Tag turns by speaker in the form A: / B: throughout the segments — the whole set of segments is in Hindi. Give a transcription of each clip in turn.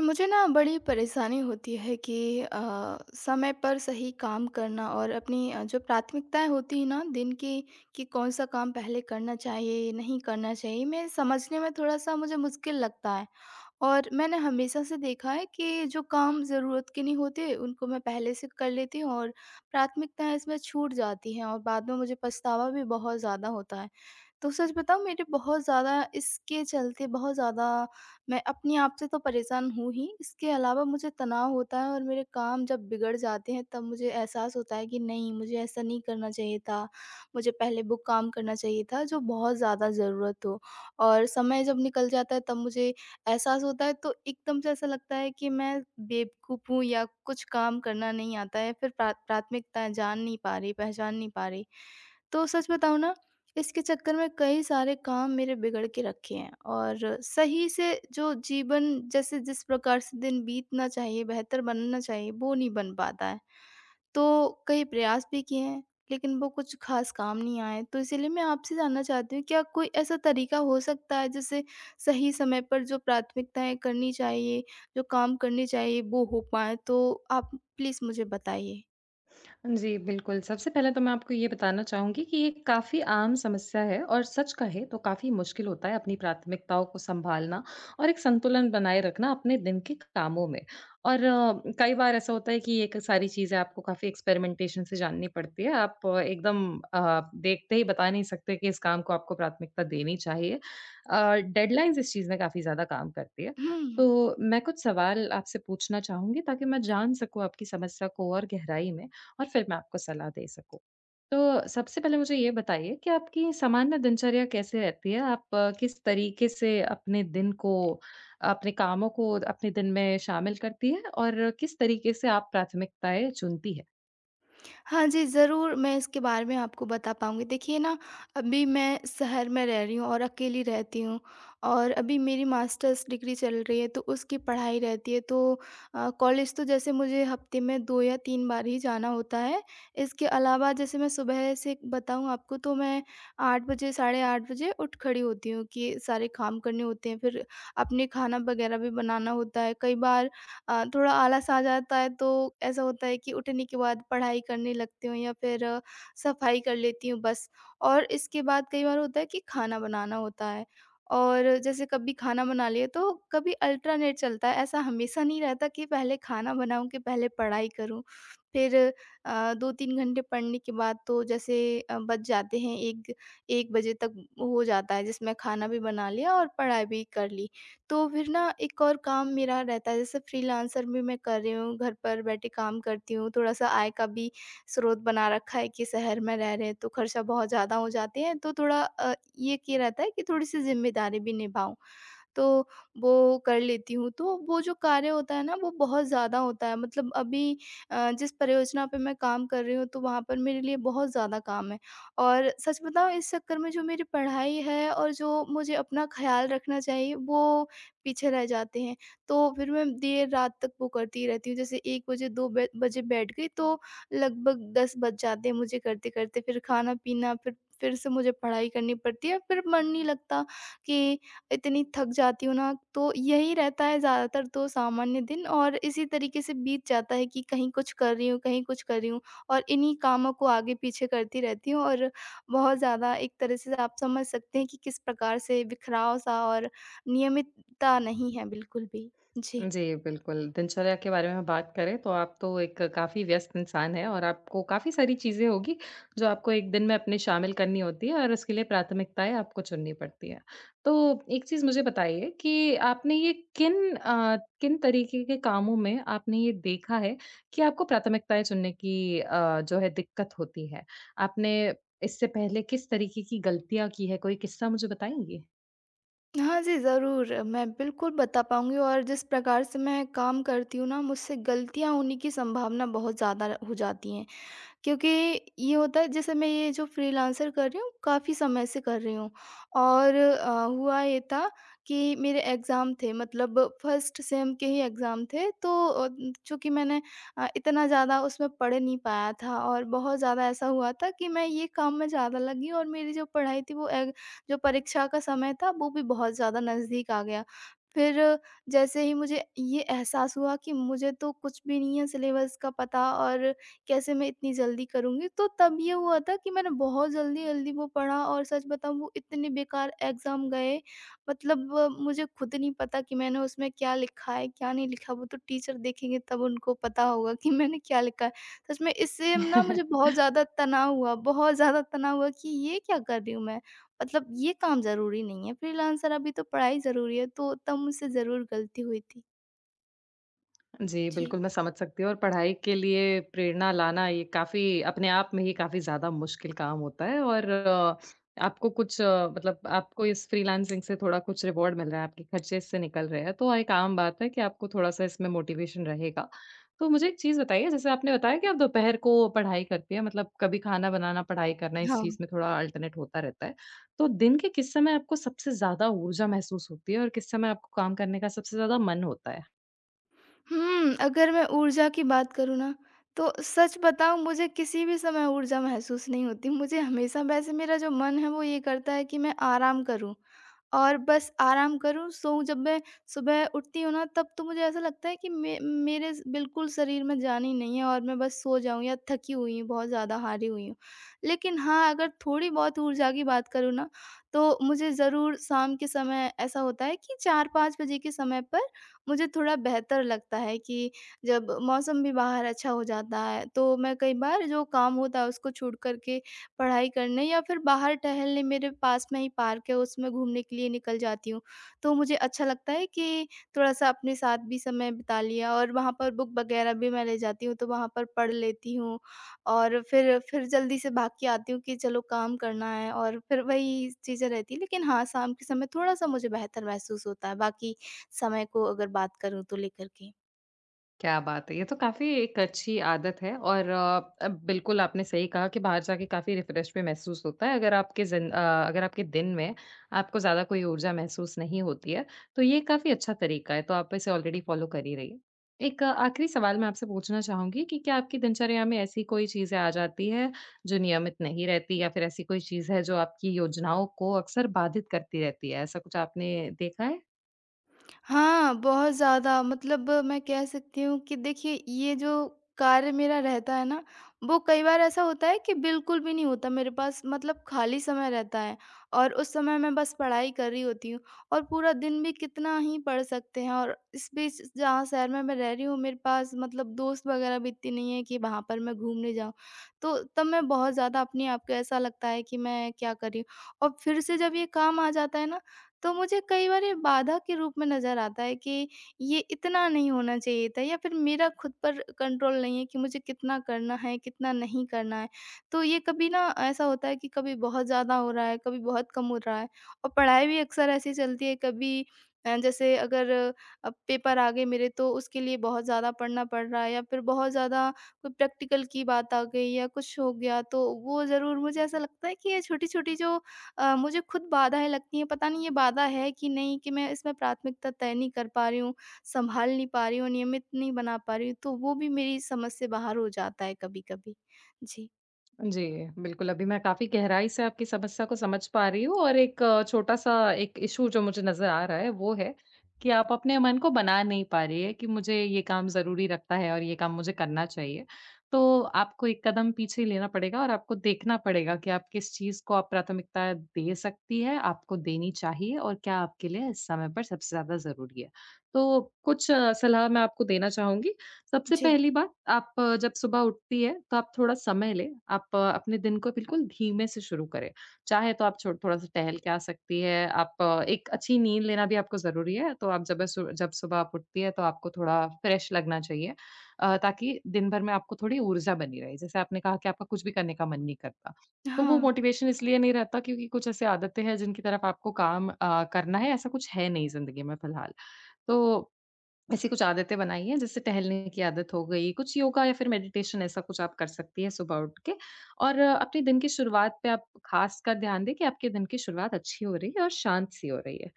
A: मुझे ना बड़ी परेशानी होती है कि समय पर सही काम करना और अपनी जो प्राथमिकताएँ होती हैं ना दिन की कि कौन सा काम पहले करना चाहिए, नहीं करना चाहिए, मैं समझने में थोड़ा-सा मुझे मुश्किल लगता है। और मैंने हमेशा से देखा है कि जो काम ज़रूरत के नहीं होते, उनको मैं पहले से कर लेती हूँ और प्राथमिकताएँ इसमें छूट जाती हैं और बाद में मुझे पछतावा भी बहुत ज़्यादा होता है। तो सच बताऊँ, मेरे बहुत ज़्यादा इसके चलते बहुत ज़्यादा मैं अपने आप से तो परेशान हूँ ही, इसके अलावा मुझे तनाव होता है और मेरे काम जब बिगड़ जाते हैं तब मुझे एहसास होता है कि नहीं, मुझे ऐसा नहीं करना चाहिए था। मुझे पहले वो काम करना चाहिए था जो बहुत ज़्यादा ज़रूरत हो, और समय जब निकल जाता है तब मुझे एहसास होता है, तो एकदम से ऐसा लगता है कि मैं बेवकूफ़ हूँ या कुछ काम करना नहीं आता है, फिर प्राथमिकताएँ जान नहीं पा रही, पहचान नहीं पा रही। तो सच बताऊँ ना, इसके चक्कर में कई सारे काम मेरे बिगड़ के रखे हैं और सही से जो जीवन, जैसे जिस प्रकार से दिन बीतना चाहिए, बेहतर बनना चाहिए, वो नहीं बन पाता है। तो कई प्रयास भी किए हैं, लेकिन वो कुछ ख़ास काम नहीं आए। तो इसीलिए मैं आपसे जानना चाहती हूँ, क्या कोई ऐसा तरीका हो सकता है, जिससे सही समय पर जो प्राथमिकताएँ करनी चाहिए, जो काम करने चाहिए, वो हो पाएँ? तो आप प्लीज़ मुझे बताइए।
B: जी, बिल्कुल। सबसे पहले तो मैं आपको ये बताना चाहूँगी कि ये काफ़ी आम समस्या है और सच कहें तो काफ़ी मुश्किल होता है अपनी प्राथमिकताओं को सँभालना और एक संतुलन बनाए रखना अपने दिन के कामों में। और कई बार ऐसा होता है कि ये क सारी चीज़ें आपको काफ़ी एक्सपेरिमेंटेशन से जाननी पड़ती है। आप एकदम देखते ही बता नहीं सकते कि इस काम को आपको प्राथमिकता देनी चाहिए। डेडलाइन्स इस चीज़ में काफ़ी ज़्यादा काम करती है। तो
A: हुँ।
B: मैं कुछ सवाल आपसे पूछना चाहूँगी ताकि मैं जान सकूँ आपकी समस्या को और गहराई में। और फिर मैं आपको सलाह दे सकूँ। तो सबसे पहले मुझे ये बताइए कि आपकी सामान्य दिनचर्या कैसे रहती है? आप किस तरीके से अपने दिन को, अपने कामों को अपने दिन में शामिल करती है और किस तरीके से आप प्राथमिकताएँ चुनती है?
A: हाँ जी, ज़रूर मैं इसके बारे में आपको बता पाऊँगी। देखिए ना, अभी मैं शहर में रह रही हूँ और अकेली रहती हूँ, और अभी मेरी मास्टर्स डिग्री चल रही है, तो उसकी पढ़ाई रहती है। तो कॉलेज तो जैसे मुझे हफ़्ते में 2 या 3 बार ही जाना होता है। इसके अलावा, जैसे मैं सुबह से बताऊँ आपको, तो मैं 8 बजे, साढ़े 8 बजे उठ खड़ी होती हूँ कि सारे काम करने होते हैं, फिर अपने खाना वग़ैरह भी बनाना होता है। कई बार थोड़ा आलस आ जाता है, तो ऐसा होता है कि उठने के बाद पढ़ाई करने लगती हूँ या फिर सफाई कर लेती हूँ बस। और इसके बाद कई बार होता है कि खाना बनाना होता है, और जैसे कभी खाना बना लिए तो कभी अल्टरनेट चलता है। ऐसा हमेशा नहीं रहता कि पहले खाना बनाऊँ कि पहले पढ़ाई करूँ। फिर 2-3 घंटे पढ़ने के बाद तो जैसे बज जाते हैं, 1 बजे तक हो जाता है, जिसमें खाना भी बना लिया और पढ़ाई भी कर ली। तो फिर ना एक और काम मेरा रहता है, जैसे फ्रीलांसर भी मैं कर रही हूँ, घर पर बैठे काम करती हूँ, थोड़ा-सा आय का भी स्रोत बना रखा है कि शहर में रह रहे हैं तो खर्चा बहुत ज़्यादा हो जाते हैं, तो थोड़ा ये कि रहता है कि थोड़ी-सी ज़िम्मेदारी भी निभाऊँ। तो वो कर लेती हूँ। तो वो जो कार्य होता है ना, वो बहुत ज़्यादा होता है, मतलब अभी जिस परियोजना पे मैं काम कर रही हूँ, तो वहाँ पर मेरे लिए बहुत ज़्यादा काम है। और सच बताऊँ, इस चक्कर में जो मेरी पढ़ाई है और जो मुझे अपना ख़्याल रखना चाहिए, वो पीछे रह जाते हैं। तो फिर मैं देर रात तक वो करती रहती हूँ, जैसे 1 बजे, 2 ब बजे बैठ गई तो लगभग 10 बज जाते हैं मुझे करते-करते, फिर खाना-पीना, फिर से मुझे पढ़ाई करनी पड़ती है। फिर मन नहीं लगता कि इतनी थक जाती हूँ ना, तो यही रहता है ज़्यादातर, तो सामान्य दिन और इसी तरीके से बीत जाता है कि कहीं कुछ कर रही हूँ, कहीं कुछ कर रही हूँ, और इन्हीं कामों को आगे-पीछे करती रहती हूँ, और बहुत ज़्यादा एक तरह से आप समझ सकते हैं कि किस प्रकार से बिखराव-सा, और नियमितता नहीं है बिल्कुल भी। जी।
B: जी, बिल्कुल। दिनचर्या के बारे में बात करें तो आप तो एक काफ़ी व्यस्त इंसान हैं और आपको काफ़ी सारी चीज़ें होगी जो आपको एक दिन में अपने शामिल करनी होती है और उसके लिए प्राथमिकताएँ आपको चुननी पड़ती हैं। तो एक चीज़ मुझे बताइए कि आपने ये किन तरीके के कामों में आपने ये देखा है कि आपको प्राथमिकताएँ चुनने की जो है दिक्कत होती है? आपने इससे पहले किस तरीके की गलतियाँ की हैं? कोई किस्सा मुझे बताएँगी?
A: हाँ जी, ज़रूर। मैं बिल्कुल बता पाऊँगी, और जिस प्रकार से मैं काम करती हूँ ना, मुझसे गलतियाँ होने की संभावना बहुत ज़्यादा हो जाती हैं। क्योंकि ये होता है, जैसे मैं ये जो फ्रीलांसर कर रही हूँ, काफ़ी समय से कर रही हूँ, और हुआ ये था कि मेरे एग्ज़ाम थे, मतलब फर्स्ट सेम के ही एग्ज़ाम थे, तो चूँकि मैंने इतना ज़्यादा उसमें पढ़ नहीं पाया था, और बहुत ज़्यादा ऐसा हुआ था कि मैं ये काम में ज़्यादा लगी, और मेरी जो पढ़ाई थी, वो एग जो परीक्षा का समय था, वो भी बहुत ज़्यादा नज़दीक आ गया। फिर जैसे ही मुझे ये एहसास हुआ कि मुझे तो कुछ भी नहीं है सिलेबस का पता, और कैसे मैं इतनी जल्दी करूँगी? तो तब ये हुआ था कि मैंने बहुत जल्दी-जल्दी वो पढ़ा, और सच बताऊँ, वो इतने बेकार एग्ज़ाम गए, मतलब मुझे खुद नहीं पता कि मैंने उसमें क्या लिखा है, क्या नहीं लिखा? वो तो टीचर देखेंगे, तब उनको पता होगा कि मैंने क्या लिखा है। सच में, इससे ना मुझे बहुत ज़्यादा तनाव हुआ, बहुत ज़्यादा तनाव हुआ कि ये क्या कर रही हूँ मैं? मतलब ये काम ज़रूरी नहीं है, फ्रीलांसर, अभी तो पढ़ाई ज़रूरी है, तो तब मुझसे ज़रूर गलती हुई थी।
B: जी,
A: जी।
B: बिल्कुल मैं समझ सकती हूँ और पढ़ाई के लिए प्रेरणा लाना ये काफ़ी अपने आप में ही काफ़ी ज़्यादा मुश्किल काम होता है और आपको मतलब आपको इस फ्रीलांसिंग से थोड़ा कुछ रिवॉर्ड मिल रहा है, आपके खर्चे इससे निकल रहे हैं, तो एक आम बात है कि आपको थोड़ा-सा इसमें मोटिवेशन रहेगा। तो मुझे एक चीज़ बताइए, जैसे आपने बताया कि आप दोपहर को पढ़ाई करती हैं, मतलब कभी खाना बनाना, पढ़ाई करना, इस चीज़
A: हाँ।
B: में थोड़ा अल्टर्नेट होता रहता है। तो दिन के किस समय आपको सबसे ज़्यादा ऊर्जा महसूस होती है और किस समय आपको काम करने का सबसे ज़्यादा मन होता है?
A: अगर मैं ऊर्जा की बात करूँ ना, तो सच बताऊँ मुझे किसी भी समय ऊर्जा महसूस नहीं होती। मुझे हमेशा, वैसे, मेरा जो मन है वो ये करता है कि मैं आराम करूँ। और बस आराम करूँ, सोऊँ। जब मैं सुबह उठती हूँ ना, तब तो मुझे ऐसा लगता है कि मे मेरे स बिल्कुल शरीर में जान ही नहीं है, और मैं बस सो जाऊँ, या थकी हुई हूँ, बहुत ज़्यादा हारी हुई हूँ। लेकिन हाँ, अगर थोड़ी बहुत ऊर्जा की बात करूँ ना, तो मुझे ज़रूर शाम के समय ऐसा होता है कि 4-5 बजे के समय पर मुझे थोड़ा बेहतर लगता है कि जब मौसम भी बाहर अच्छा हो जाता है, तो मैं कई बार जो काम होता है उसको छोड़ कर के पढ़ाई करने, या फिर बाहर टहलने, मेरे पास में ही पार्क है, उसमें घूमने के लिए निकल जाती हूँ। तो मुझे अच्छा लगता है कि थोड़ा-सा अपने साथ भी समय बिता लिया, और वहाँ पर बुक वगैरह भी मैं ले जाती हूँ, तो वहाँ पर पढ़ लेती हूँ, और फिर जल्दी से भाग के आती हूँ कि चलो काम करना है, और फिर वही चीज़ें रहती हैं। लेकिन हाँ, शाम के समय थोड़ा-सा मुझे बेहतर महसूस होता है, बाकी समय को अगर बात करूँ तो लेकर के।
B: क्या बात है! ये तो काफ़ी एक अच्छी आदत है और अब बिल्कुल आपने सही कहा कि बाहर जाके काफ़ी रिफ़्रेश भी महसूस होता है अगर आपके अगर आपके दिन में आपको ज़्यादा कोई ऊर्जा महसूस नहीं होती है, तो ये काफ़ी अच्छा तरीका है, तो आप इसे ऑलरेडी फ़ॉलो कर ही रही हैं। आखिरी सवाल मैं आपसे पूछना चाहूँगी कि क्या आपकी दिनचर्या में ऐसी कोई चीज़ें आ जाती हैं, जो नियमित नहीं रहती या फिर ऐसी कोई चीज़ है जो आपकी योजनाओं को अक्सर बाधित करती रहती है? ऐसा कुछ आपने देखा है?
A: हाँ, बहुत ज़्यादा, मतलब मैं कह सकती हूँ कि देखिए, ये जो कार्य मेरा रहता है ना, वो कई बार ऐसा होता है कि बिल्कुल भी नहीं होता मेरे पास, मतलब खाली समय रहता है, और उस समय मैं बस पढ़ाई कर रही होती हूँ, और पूरा दिन भी कितना ही पढ़ सकते हैं, और इस बीच जहाँ शहर में मैं रह रही हूँ, मेरे पास मतलब दोस्त वगैरह भी इतनी नहीं है कि वहाँ पर मैं घूमने जाऊँ। तो तब मैं बहुत ज़्यादा अपने आप को, ऐसा लगता है कि मैं क्या कर रही हूँ, और फिर से जब ये काम आ जाता है ना, तो मुझे कई बार ये बाधा के रूप में नज़र आता है कि ये इतना नहीं होना चाहिए था, या फिर मेरा खुद पर कंट्रोल नहीं है कि मुझे कितना करना है, कितना नहीं करना है। तो ये कभी ना ऐसा होता है कि कभी बहुत ज़्यादा हो रहा है, कभी बहुत कम हो रहा है, और पढ़ाई भी अक्सर ऐसी चलती है, कभी जैसे अगर अब पेपर आ गए मेरे, तो उसके लिए बहुत ज़्यादा पढ़ना पड़ रहा है, या फिर बहुत ज़्यादा कोई प्रैक्टिकल की बात आ गई या कुछ हो गया, तो वो ज़रूर मुझे ऐसा लगता है कि ये छोटी-छोटी जो मुझे खुद बाधाएँ लगती हैं, पता नहीं ये बाधा है कि नहीं, कि मैं इसमें प्राथमिकता तय नहीं कर पा रही हूँ, सँभाल नहीं पा रही हूँ, नियमित नहीं बना पा रही हूँ, तो वो भी मेरी समझ से बाहर हो जाता है कभी-कभी। जी।
B: जी, बिल्कुल, अभी मैं काफ़ी गहराई से आपकी समस्या को समझ पा रही हूँ और एक छोटा-सा एक इश्यू जो मुझे नज़र आ रहा है, वो है कि आप अपने मन को बना नहीं पा रही हैं कि मुझे ये काम ज़रूरी लगता है और ये काम मुझे करना चाहिए। तो आपको एक कदम पीछे लेना पड़ेगा और आपको देखना पड़ेगा कि आप किस चीज़ को आप प्राथमिकता दे सकती हैं, आपको देनी चाहिए और क्या आपके लिए इस समय पर सबसे ज़्यादा ज़रूरी है। तो कुछ सलाह मैं आपको देना चाहूँगी। सबसे
A: जी।
B: पहली बात आप जब सुबह उठती है तो आप थोड़ा समय लें, आप अपने दिन को बिल्कुल धीमे से शुरू करें। चाहे तो आप छो थोड़ा-सा टहल के आ सकती है, आप एक अच्छी नींद लेना भी आपको ज़रूरी है, तो आप जब सु जब सुबह आप उठती है तो आपको थोड़ा फ्रेश लगना चाहिए ताकि दिन भर में आपको थोड़ी ऊर्जा बनी रहे। जैसे आपने कहा कि आपका कुछ भी करने का मन नहीं करता, तो वो
A: हाँ।
B: मोटिवेशन इसलिए नहीं रहता क्योंकि कुछ ऐसी आदतें हैं जिनकी तरफ आपको करना है, ऐसा कुछ है नहीं ज़िंदगी में फिलहाल। तो ऐसी कुछ आदतें बनाई हैं, जैसे टहलने की आदत हो गई, कुछ योगा या फिर मेडिटेशन ऐसा कुछ आप कर सकती हैं सुबह उठ के और अपने दिन की शुरुआत पे आप ख़ासकर ध्यान दें कि आपके दिन की शुरुआत अच्छी हो रही है और शांत-सी हो रही है।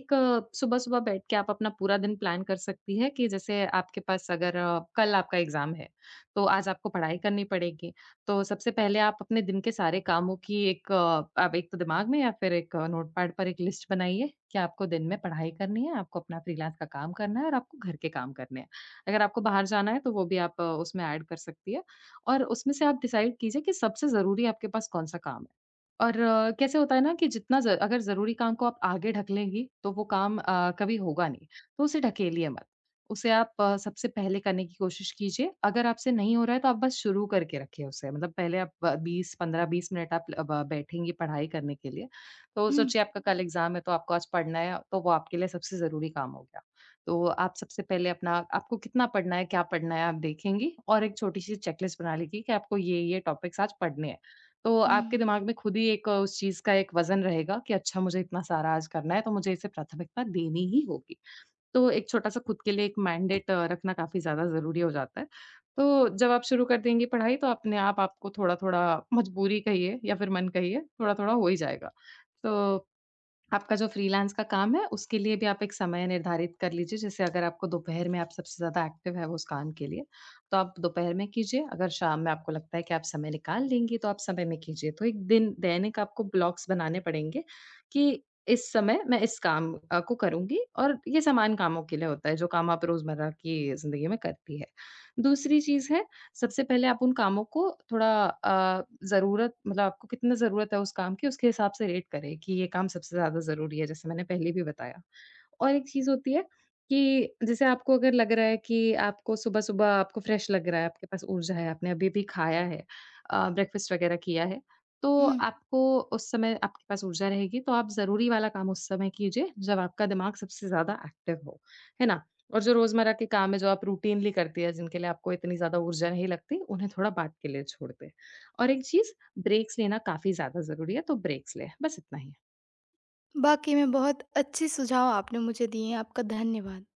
B: एक सुबह-सुबह बैठ के आप अपना पूरा दिन प्लान कर सकती हैं कि जैसे आपके पास अगर कल आपका एग्ज़ाम है, तो आज आपको पढ़ाई करनी पड़ेगी। तो सबसे पहले आप अपने दिन के सारे कामों की आप एक तो दिमाग में या फिर एक नोटपैड पर एक लिस्ट बनाइए कि आपको दिन में पढ़ाई करनी है, आपको अपना फ्रीलांस का काम करना है और आपको घर के काम करने हैं। अगर आपको बाहर जाना है तो वो भी आप उसमें ऐड कर सकती हैं और उसमें से आप डिसाइड कीजिए कि सबसे ज़रूरी आपके पास कौन-सा काम है। और कैसे होता है ना कि जितना ज अगर ज़रूरी काम को आप आगे ढकेलेंगी, तो वो काम कभी होगा नहीं, तो उसे ढकेलिए मत। उसे आप सबसे पहले करने की कोशिश कीजिए। अगर आपसे नहीं हो रहा है तो आप बस शुरू करके रखिए उसे। मतलब पहले आप ब 20 15-20 मिनट आप ब बैठेंगी पढ़ाई करने के लिए। तो
A: हुँ।
B: सोचिए आपका कल एग्ज़ाम है तो आपको आज पढ़ना है तो वो आपके लिए सबसे ज़रूरी काम हो गया। तो आप सबसे पहले अपना आपको कितना पढ़ना है, क्या पढ़ना है आप देखेंगी और एक छोटी-सी चेकलिस्ट बना लेंगी कि आपको ये-ये टॉपिक्स आज पढ़ने हैं। तो आपके
A: हुँ,
B: दिमाग में खुद ही एक उस चीज़ का एक वज़न रहेगा कि अच्छा मुझे इतना सारा आज करना है तो मुझे इसे प्राथमिकता देनी ही होगी। तो एक छोटा-सा खुद के लिए एक मैंडेट रखना काफ़ी ज़्यादा ज़रूरी हो जाता है। तो जब आप शुरू कर देंगी पढ़ाई तो अपने आप आपको थोड़ा-थोड़ा मजबूरी कहिए या फिर मन कहिए, थोड़ा-थोड़ा हो ही जाएगा। तो आपका जो फ्रीलांस का काम है, उसके लिए भी आप एक समय निर्धारित कर लीजिए। जैसे अगर आपको दोपहर में आप सबसे ज़्यादा एक्टिव है उस काम के लिए, तो आप दोपहर में कीजिए। अगर शाम में आपको लगता है कि आप समय निकाल लेंगी, तो आप समय में कीजिए। तो एक दिन दैनिक आपको ब्लॉक्स बनाने पड़ेंगे कि इस समय मैं इस काम को करूँगी और ये सामान्य कामों के लिए होता है, जो काम आप रोज़मर्रा की ज़िंदगी में करती है। दूसरी चीज़ है सबसे पहले आप उन कामों को ज़रूरत मतलब आपको कितना ज़रूरत है उस काम की, उसके हिसाब से रेट करें कि ये काम सबसे ज़्यादा ज़रूरी है, जैसे मैंने पहले भी बताया। और एक चीज़ होती है कि जैसे आपको अगर लग रहा है कि आपको सुबह-सुबह आपको फ्रेश लग रहा है, आपके पास ऊर्जा है, आपने अभी-अभी खाया है ब्रेकफ़ास्ट वग़ैरह किया है, तो
A: हुँ।
B: आपको उस समय आपके पास ऊर्जा रहेगी, तो आप ज़रूरी वाला काम उस समय कीजिए, जब आपका दिमाग सबसे ज़्यादा एक्टिव हो, है ना? और जो रोज़मर्रा के काम है, जो आप रूटीनली करती हैं, जिनके लिए आपको इतनी ज़्यादा ऊर्जा नहीं लगती, उन्हें थोड़ा बाद के लिए छोड़ दें। और एक चीज़, ब्रेक्स लेना काफ़ी ज़्यादा ज़रूरी है, तो ब्रेक्स लें। बस इतना ही।
A: वाक़ई में बहुत अच्छे सुझाव आपने मुझे दिए हैं, आपका धन्यवाद।